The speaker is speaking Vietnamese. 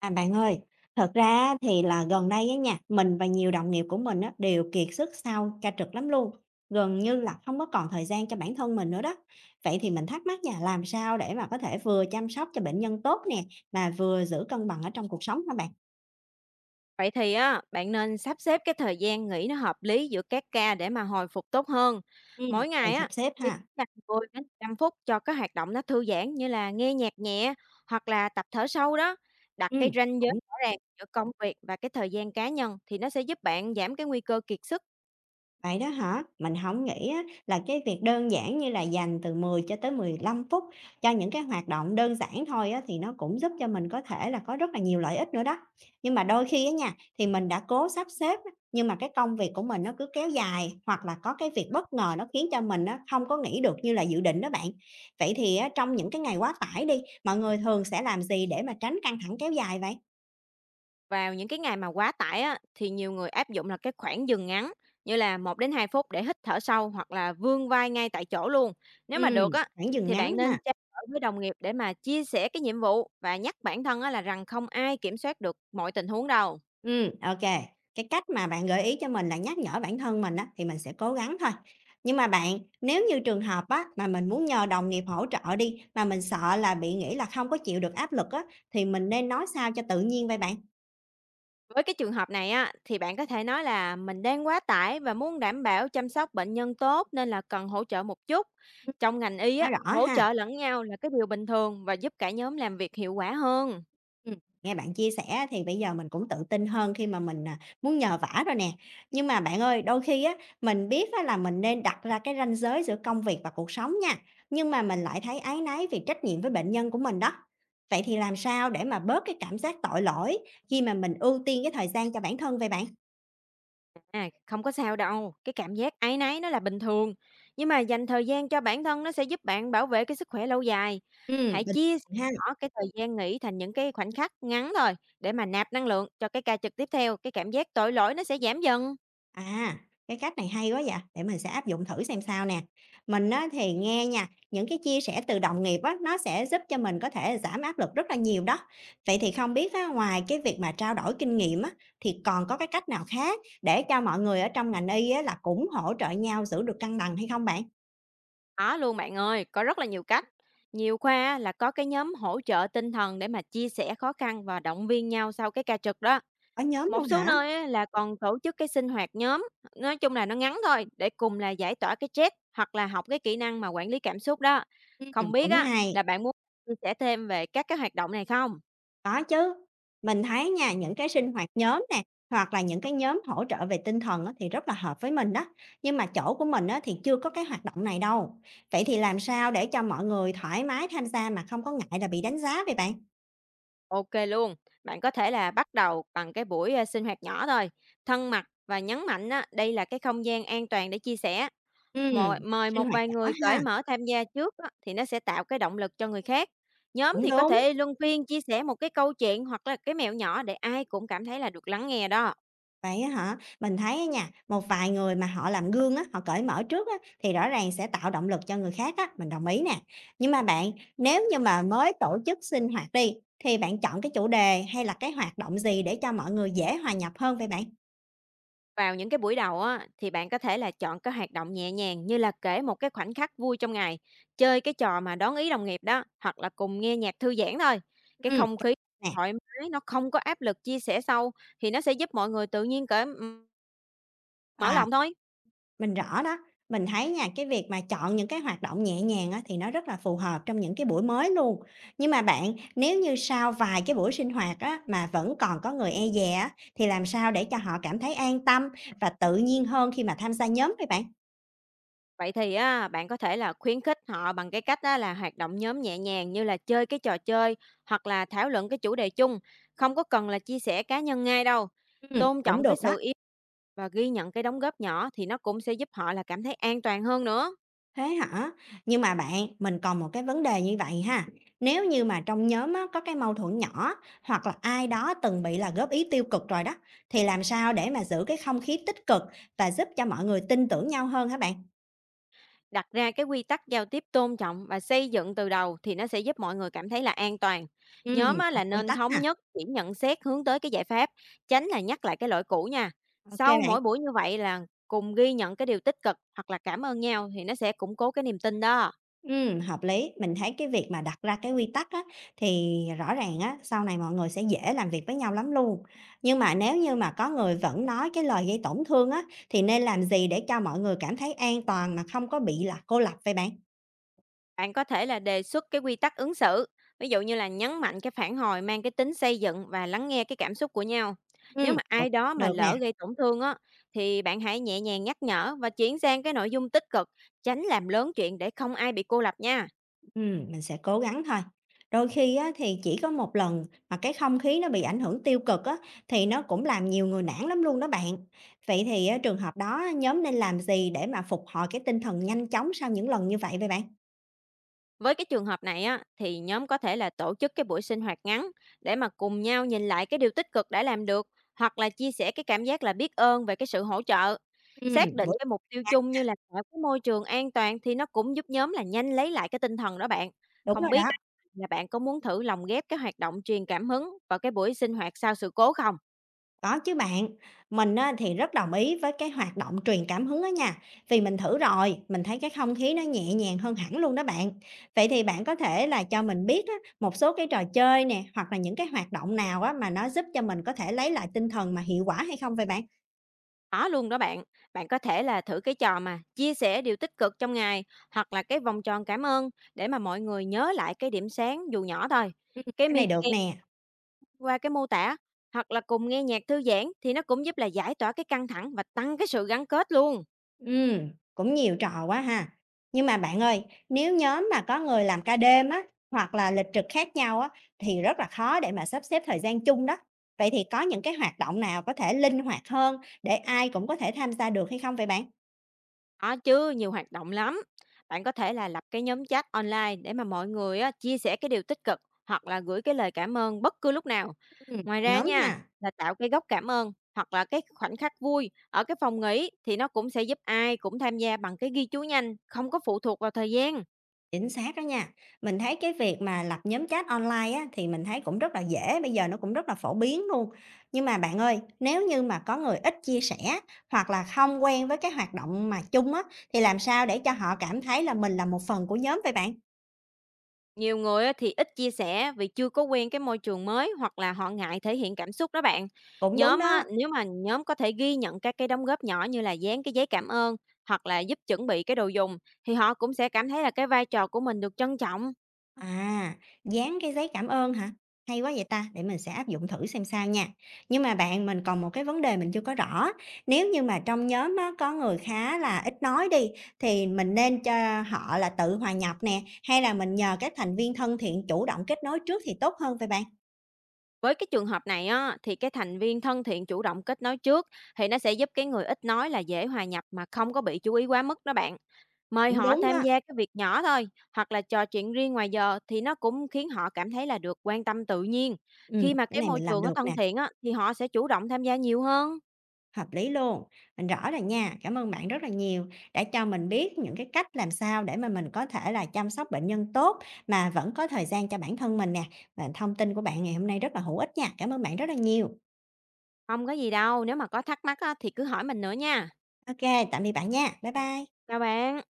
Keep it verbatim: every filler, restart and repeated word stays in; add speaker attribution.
Speaker 1: À, bạn ơi, thật ra á thì là gần đây á nha, mình và nhiều đồng nghiệp của mình á, đều kiệt sức sau ca trực lắm luôn, gần như là không có còn thời gian cho bản thân mình nữa đó. Vậy thì mình thắc mắc nha, làm sao để mà có thể vừa chăm sóc cho bệnh nhân tốt nè, mà vừa giữ cân bằng ở trong cuộc sống hả bạn?
Speaker 2: Vậy thì á, bạn nên sắp xếp cái thời gian nghỉ nó hợp lý giữa các ca để mà hồi phục tốt hơn.
Speaker 1: Ừm.
Speaker 2: Mỗi
Speaker 1: Mình
Speaker 2: ngày á
Speaker 1: sắp xếp
Speaker 2: thì
Speaker 1: ha.
Speaker 2: dành mười đến mười năm phút cho các hoạt động nó thư giãn như là nghe nhạc nhẹ hoặc là tập thở sâu đó. Đặt
Speaker 1: Ừm.
Speaker 2: cái ranh giới rõ ràng giữa công việc và cái thời gian cá nhân thì nó sẽ giúp bạn giảm cái nguy cơ kiệt sức.
Speaker 1: Vậy đó hả? Mình không nghĩ á là cái việc đơn giản như là dành từ mười cho tới mười lăm phút cho những cái hoạt động đơn giản thôi á, thì nó cũng giúp cho mình có thể là có rất là nhiều lợi ích nữa đó. Nhưng mà đôi khi á nha, thì mình đã cố sắp xếp á, nhưng mà cái công việc của mình nó cứ kéo dài, hoặc là có cái việc bất ngờ nó khiến cho mình á không có nghỉ được như là dự định đó bạn. Vậy thì á trong những cái ngày quá tải đi, mọi người thường sẽ làm gì để mà tránh căng thẳng kéo dài vậy?
Speaker 2: Vào những cái ngày mà quá tải á, thì nhiều người áp dụng là cái khoảng dừng ngắn như là một đến hai phút để hít thở sâu hoặc là vươn vai ngay tại chỗ luôn. Nếu mà
Speaker 1: Ừ.
Speaker 2: được á,
Speaker 1: Khoảng dừng
Speaker 2: thì
Speaker 1: ngắn
Speaker 2: bạn
Speaker 1: ha.
Speaker 2: nên trao đổi với đồng nghiệp để mà chia sẻ cái nhiệm vụ và nhắc bản thân á, là rằng không ai kiểm soát được mọi tình huống đâu.
Speaker 1: Ừm, ok. Cái cách mà bạn gợi ý cho mình là nhắc nhở bản thân mình á, thì mình sẽ cố gắng thôi. Nhưng mà bạn, nếu như trường hợp á, mà mình muốn nhờ đồng nghiệp hỗ trợ đi, mà mình sợ là bị nghĩ là không có chịu được áp lực á, thì mình nên nói sao cho tự nhiên vậy bạn?
Speaker 2: Với cái trường hợp này á, thì bạn có thể nói là mình đang quá tải và muốn đảm bảo chăm sóc bệnh nhân tốt nên là cần hỗ trợ một chút.
Speaker 1: Ừm,
Speaker 2: Trong ngành y
Speaker 1: nói
Speaker 2: á,
Speaker 1: rõ
Speaker 2: hỗ
Speaker 1: ha.
Speaker 2: trợ lẫn nhau là cái điều bình thường và giúp cả nhóm làm việc hiệu quả hơn.
Speaker 1: Ừm, nghe bạn chia sẻ thì bây giờ mình cũng tự tin hơn khi mà mình, à, muốn nhờ vả rồi nè. Nhưng mà bạn ơi, đôi khi á, mình biết á là mình nên đặt ra cái ranh giới giữa công việc và cuộc sống nha, nhưng mà mình lại thấy áy náy vì trách nhiệm với bệnh nhân của mình đó. Vậy thì làm sao để mà bớt cái cảm giác tội lỗi khi mà mình ưu tiên cái thời gian cho bản thân vậy bạn?
Speaker 2: À, không có sao đâu, cái cảm giác áy náy nó là bình thường, nhưng mà dành thời gian cho bản thân nó sẽ giúp bạn bảo vệ cái sức khỏe lâu dài.
Speaker 1: Ừm,
Speaker 2: Hãy
Speaker 1: bình
Speaker 2: chia
Speaker 1: thường ha.
Speaker 2: nhỏ cái thời gian nghỉ thành những cái khoảnh khắc ngắn thôi để mà nạp năng lượng cho cái ca trực tiếp theo, cái cảm giác tội lỗi nó sẽ giảm dần.
Speaker 1: À, cái cách này hay quá vậy, để mình sẽ áp dụng thử xem sao nè. Mình á, thì nghe nha, những cái chia sẻ từ đồng nghiệp á, nó sẽ giúp cho mình có thể giảm áp lực rất là nhiều đó. Vậy thì không biết á, ngoài cái việc mà trao đổi kinh nghiệm á, thì còn có cái cách nào khác để cho mọi người ở trong ngành y á, là cũng hỗ trợ nhau giữ được cân bằng hay không bạn?
Speaker 2: Đó luôn bạn ơi, có rất là nhiều cách. Nhiều khoa á, là có cái nhóm hỗ trợ tinh thần để mà chia sẻ khó khăn và động viên nhau sau cái ca trực đó.
Speaker 1: Có nhóm
Speaker 2: Một
Speaker 1: luôn
Speaker 2: số
Speaker 1: hả?
Speaker 2: nơi á là còn tổ chức cái sinh hoạt nhóm, nói chung là nó ngắn thôi, để cùng là giải tỏa cái stress hoặc là học cái kỹ năng mà quản lý cảm xúc đó.
Speaker 1: Ừ,
Speaker 2: Không biết
Speaker 1: cũng
Speaker 2: á
Speaker 1: hay.
Speaker 2: là bạn muốn chia sẻ thêm về các cái hoạt động này không?
Speaker 1: Có chứ, mình thấy nha, những cái sinh hoạt nhóm nè, hoặc là những cái nhóm hỗ trợ về tinh thần á, thì rất là hợp với mình đó. Nhưng mà chỗ của mình á, thì chưa có cái hoạt động này đâu. Vậy thì làm sao để cho mọi người thoải mái tham gia mà không có ngại là bị đánh giá vậy bạn?
Speaker 2: Ok luôn, bạn có thể là bắt đầu bằng cái buổi à, sinh hoạt nhỏ thôi, thân mật và nhấn mạnh á, đây là cái không gian an toàn để chia sẻ. Mồi
Speaker 1: Ừm,
Speaker 2: mời
Speaker 1: sinh
Speaker 2: một
Speaker 1: hoạt
Speaker 2: vài
Speaker 1: nhỏ
Speaker 2: người cởi
Speaker 1: ha,
Speaker 2: mở tham gia trước á, thì nó sẽ tạo cái động lực cho người khác. Nhóm
Speaker 1: cũng
Speaker 2: thì có
Speaker 1: đúng.
Speaker 2: thể luân phiên chia sẻ một cái câu chuyện hoặc là cái mẹo nhỏ để ai cũng cảm thấy là được lắng nghe đó.
Speaker 1: Vậy á hả? Mình thấy á nha, một vài người mà họ làm gương á, họ cởi mở trước á, thì rõ ràng sẽ tạo động lực cho người khác á, mình đồng ý nè. Nhưng mà bạn, nếu như mà mới tổ chức sinh hoạt đi, thì bạn chọn cái chủ đề hay là cái hoạt động gì để cho mọi người dễ hòa nhập hơn vậy bạn?
Speaker 2: Vào những cái buổi đầu á, thì bạn có thể là chọn cái hoạt động nhẹ nhàng như là kể một cái khoảnh khắc vui trong ngày, chơi cái trò mà đón ý đồng nghiệp đó, hoặc là cùng nghe nhạc thư giãn thôi. Cái
Speaker 1: Ừ.
Speaker 2: không khí
Speaker 1: Nè,
Speaker 2: thoải mái, nó không có áp lực chia sẻ sâu thì nó sẽ giúp mọi người tự nhiên cởi m- mở
Speaker 1: à.
Speaker 2: lòng thôi.
Speaker 1: Mình rõ đó, mình thấy nha, cái việc mà chọn những cái hoạt động nhẹ nhàng á, thì nó rất là phù hợp trong những cái buổi mới luôn. Nhưng mà bạn, nếu như sau vài cái buổi sinh hoạt á, mà vẫn còn có người e dè á, thì làm sao để cho họ cảm thấy an tâm và tự nhiên hơn khi mà tham gia nhóm vậy bạn?
Speaker 2: Vậy thì á, bạn có thể là khuyến khích họ bằng cái cách á, là hoạt động nhóm nhẹ nhàng như là chơi cái trò chơi hoặc là thảo luận cái chủ đề chung, không có cần là chia sẻ cá nhân ngay đâu.
Speaker 1: Ừm,
Speaker 2: Tôn
Speaker 1: cũng
Speaker 2: trọng cái
Speaker 1: được đó.
Speaker 2: sự yêu và ghi nhận cái đóng góp nhỏ thì nó cũng sẽ giúp họ là cảm thấy an toàn hơn nữa.
Speaker 1: Thế hả? Nhưng mà bạn, mình còn một cái vấn đề như vậy ha. Nếu như mà trong nhóm á, có cái mâu thuẫn nhỏ hoặc là ai đó từng bị là góp ý tiêu cực rồi đó, thì làm sao để mà giữ cái không khí tích cực và giúp cho mọi người tin tưởng nhau hơn hả bạn?
Speaker 2: Đặt ra cái quy tắc giao tiếp tôn trọng và xây dựng từ đầu thì nó sẽ giúp mọi người cảm thấy là an toàn.
Speaker 1: Ừm,
Speaker 2: Nhóm á,
Speaker 1: đặt
Speaker 2: là
Speaker 1: quy
Speaker 2: nên
Speaker 1: tắc
Speaker 2: thống
Speaker 1: ha.
Speaker 2: nhất chỉ nhận xét hướng tới cái giải pháp, tránh là nhắc lại cái lỗi cũ nha.
Speaker 1: OK
Speaker 2: Sau
Speaker 1: bạn.
Speaker 2: mỗi buổi như vậy là cùng ghi nhận cái điều tích cực hoặc là cảm ơn nhau thì nó sẽ củng cố cái niềm tin đó.
Speaker 1: Ừm, hợp lý. Mình thấy cái việc mà đặt ra cái quy tắc á, thì rõ ràng á, sau này mọi người sẽ dễ làm việc với nhau lắm luôn. Nhưng mà nếu như mà có người vẫn nói cái lời gây tổn thương á, thì nên làm gì để cho mọi người cảm thấy an toàn mà không có bị là cô lập vậy bạn?
Speaker 2: Bạn có thể là đề xuất cái quy tắc ứng xử, ví dụ như là nhấn mạnh cái phản hồi mang cái tính xây dựng và lắng nghe cái cảm xúc của nhau. Nếu
Speaker 1: Ừm,
Speaker 2: mà
Speaker 1: cũng
Speaker 2: ai đó mà
Speaker 1: được nè,
Speaker 2: lỡ gây tổn thương á thì bạn hãy nhẹ nhàng nhắc nhở và chuyển sang cái nội dung tích cực, tránh làm lớn chuyện để không ai bị cô lập nha.
Speaker 1: ừm, mình sẽ cố gắng thôi. Đôi khi á, thì chỉ có một lần mà cái không khí nó bị ảnh hưởng tiêu cực á, thì nó cũng làm nhiều người nản lắm luôn đó bạn. Vậy thì á, trường hợp đó nhóm nên làm gì để mà phục hồi cái tinh thần nhanh chóng sau những lần như vậy vậy bạn?
Speaker 2: Với cái trường hợp này á, thì nhóm có thể là tổ chức cái buổi sinh hoạt ngắn để mà cùng nhau nhìn lại cái điều tích cực đã làm được hoặc là chia sẻ cái cảm giác là biết ơn về cái sự hỗ trợ.
Speaker 1: Ừm,
Speaker 2: Xác định
Speaker 1: buổi
Speaker 2: cái mục tiêu chung như là tạo cái môi trường an toàn thì nó cũng giúp nhóm là nhanh lấy lại cái tinh thần đó bạn.
Speaker 1: đúng
Speaker 2: Không
Speaker 1: rồi
Speaker 2: biết
Speaker 1: đó,
Speaker 2: á, là bạn có muốn thử lồng ghép cái hoạt động truyền cảm hứng vào cái buổi sinh hoạt sau sự cố không?
Speaker 1: có chứ bạn. Mình á thì rất đồng ý với cái hoạt động truyền cảm hứng đó nha, vì mình thử rồi, mình thấy cái không khí nó nhẹ nhàng hơn hẳn luôn đó bạn. Vậy thì bạn có thể là cho mình biết á, một số cái trò chơi nè, hoặc là những cái hoạt động nào á mà nó giúp cho mình có thể lấy lại tinh thần mà hiệu quả hay không vậy bạn?
Speaker 2: Có luôn đó bạn. Bạn có thể là thử cái trò mà chia sẻ điều tích cực trong ngày hoặc là cái vòng tròn cảm ơn để mà mọi người nhớ lại cái điểm sáng dù nhỏ thôi.
Speaker 1: Ừm,
Speaker 2: Cái
Speaker 1: cái
Speaker 2: mini
Speaker 1: này được
Speaker 2: game
Speaker 1: nè.
Speaker 2: qua cái mô tả hoặc là cùng nghe nhạc thư giãn thì nó cũng giúp là giải tỏa cái căng thẳng và tăng cái sự gắn kết luôn.
Speaker 1: Ừ, cũng nhiều trò quá ha. Nhưng mà bạn ơi, nếu nhóm mà có người làm ca đêm á, hoặc là lịch trực khác nhau á, thì rất là khó để mà sắp xếp thời gian chung đó. Vậy thì có những cái hoạt động nào có thể linh hoạt hơn để ai cũng có thể tham gia được hay không vậy bạn?
Speaker 2: Có chứ, nhiều hoạt động lắm. Bạn có thể là lập cái nhóm chat online để mà mọi người á, chia sẻ cái điều tích cực hoặc là gửi cái lời cảm ơn bất cứ lúc nào.
Speaker 1: Ừm,
Speaker 2: Ngoài ra
Speaker 1: nhóm ha.
Speaker 2: nha, là tạo cái góc cảm ơn hoặc là cái khoảnh khắc vui ở cái phòng nghỉ thì nó cũng sẽ giúp ai cũng tham gia bằng cái ghi chú nhanh, không có phụ thuộc vào thời gian.
Speaker 1: Chính xác đó nha. Mình thấy cái việc mà lập nhóm chat online á, thì mình thấy cũng rất là dễ, bây giờ nó cũng rất là phổ biến luôn. Nhưng mà bạn ơi, nếu như mà có người ít chia sẻ hoặc là không quen với cái hoạt động mà chung á, thì làm sao để cho họ cảm thấy là mình là một phần của nhóm vậy bạn?
Speaker 2: Nhiều người á thì ít chia sẻ vì chưa có quen cái môi trường mới hoặc là họ ngại thể hiện cảm xúc đó bạn.
Speaker 1: Cũng đúng
Speaker 2: Nhóm
Speaker 1: đó.
Speaker 2: á, nếu mà nhóm có thể ghi nhận các cái đóng góp nhỏ như là dán cái giấy cảm ơn hoặc là giúp chuẩn bị cái đồ dùng thì họ cũng sẽ cảm thấy là cái vai trò của mình được trân trọng.
Speaker 1: À, dán cái giấy cảm ơn hả? Hay quá vậy ta, để mình sẽ áp dụng thử xem sao nha. Nhưng mà bạn mình còn một cái vấn đề mình chưa có rõ. Nếu như mà trong nhóm á, có người khá là ít nói đi thì mình nên cho họ là tự hòa nhập nè hay là mình nhờ các thành viên thân thiện chủ động kết nối trước thì tốt hơn vậy bạn?
Speaker 2: Với cái trường hợp này á, thì cái thành viên thân thiện chủ động kết nối trước thì nó sẽ giúp cái người ít nói là dễ hòa nhập mà không có bị chú ý quá mức đó bạn. Mời
Speaker 1: Cũng
Speaker 2: họ
Speaker 1: đúng
Speaker 2: tham
Speaker 1: đó.
Speaker 2: gia cái việc nhỏ thôi, hoặc là trò chuyện riêng ngoài giờ thì nó cũng khiến họ cảm thấy là được quan tâm tự nhiên.
Speaker 1: Ừ,
Speaker 2: Khi mà
Speaker 1: cái
Speaker 2: cái
Speaker 1: này
Speaker 2: môi
Speaker 1: mình làm
Speaker 2: trường nó
Speaker 1: được
Speaker 2: thân
Speaker 1: nè.
Speaker 2: thiện á, thì họ sẽ chủ động tham gia nhiều hơn.
Speaker 1: Hợp lý luôn. Mình rõ rồi nha. Cảm ơn bạn rất là nhiều đã cho mình biết những cái cách làm sao để mà mình có thể là chăm sóc bệnh nhân tốt mà vẫn có thời gian cho bản thân mình nè. Và thông tin của bạn ngày hôm nay rất là hữu ích nha. Cảm ơn bạn rất là nhiều.
Speaker 2: Không có gì đâu, nếu mà có thắc mắc á, thì cứ hỏi mình nữa nha.
Speaker 1: OK, tạm biệt bạn nha. Bye bye.
Speaker 2: Chào bạn.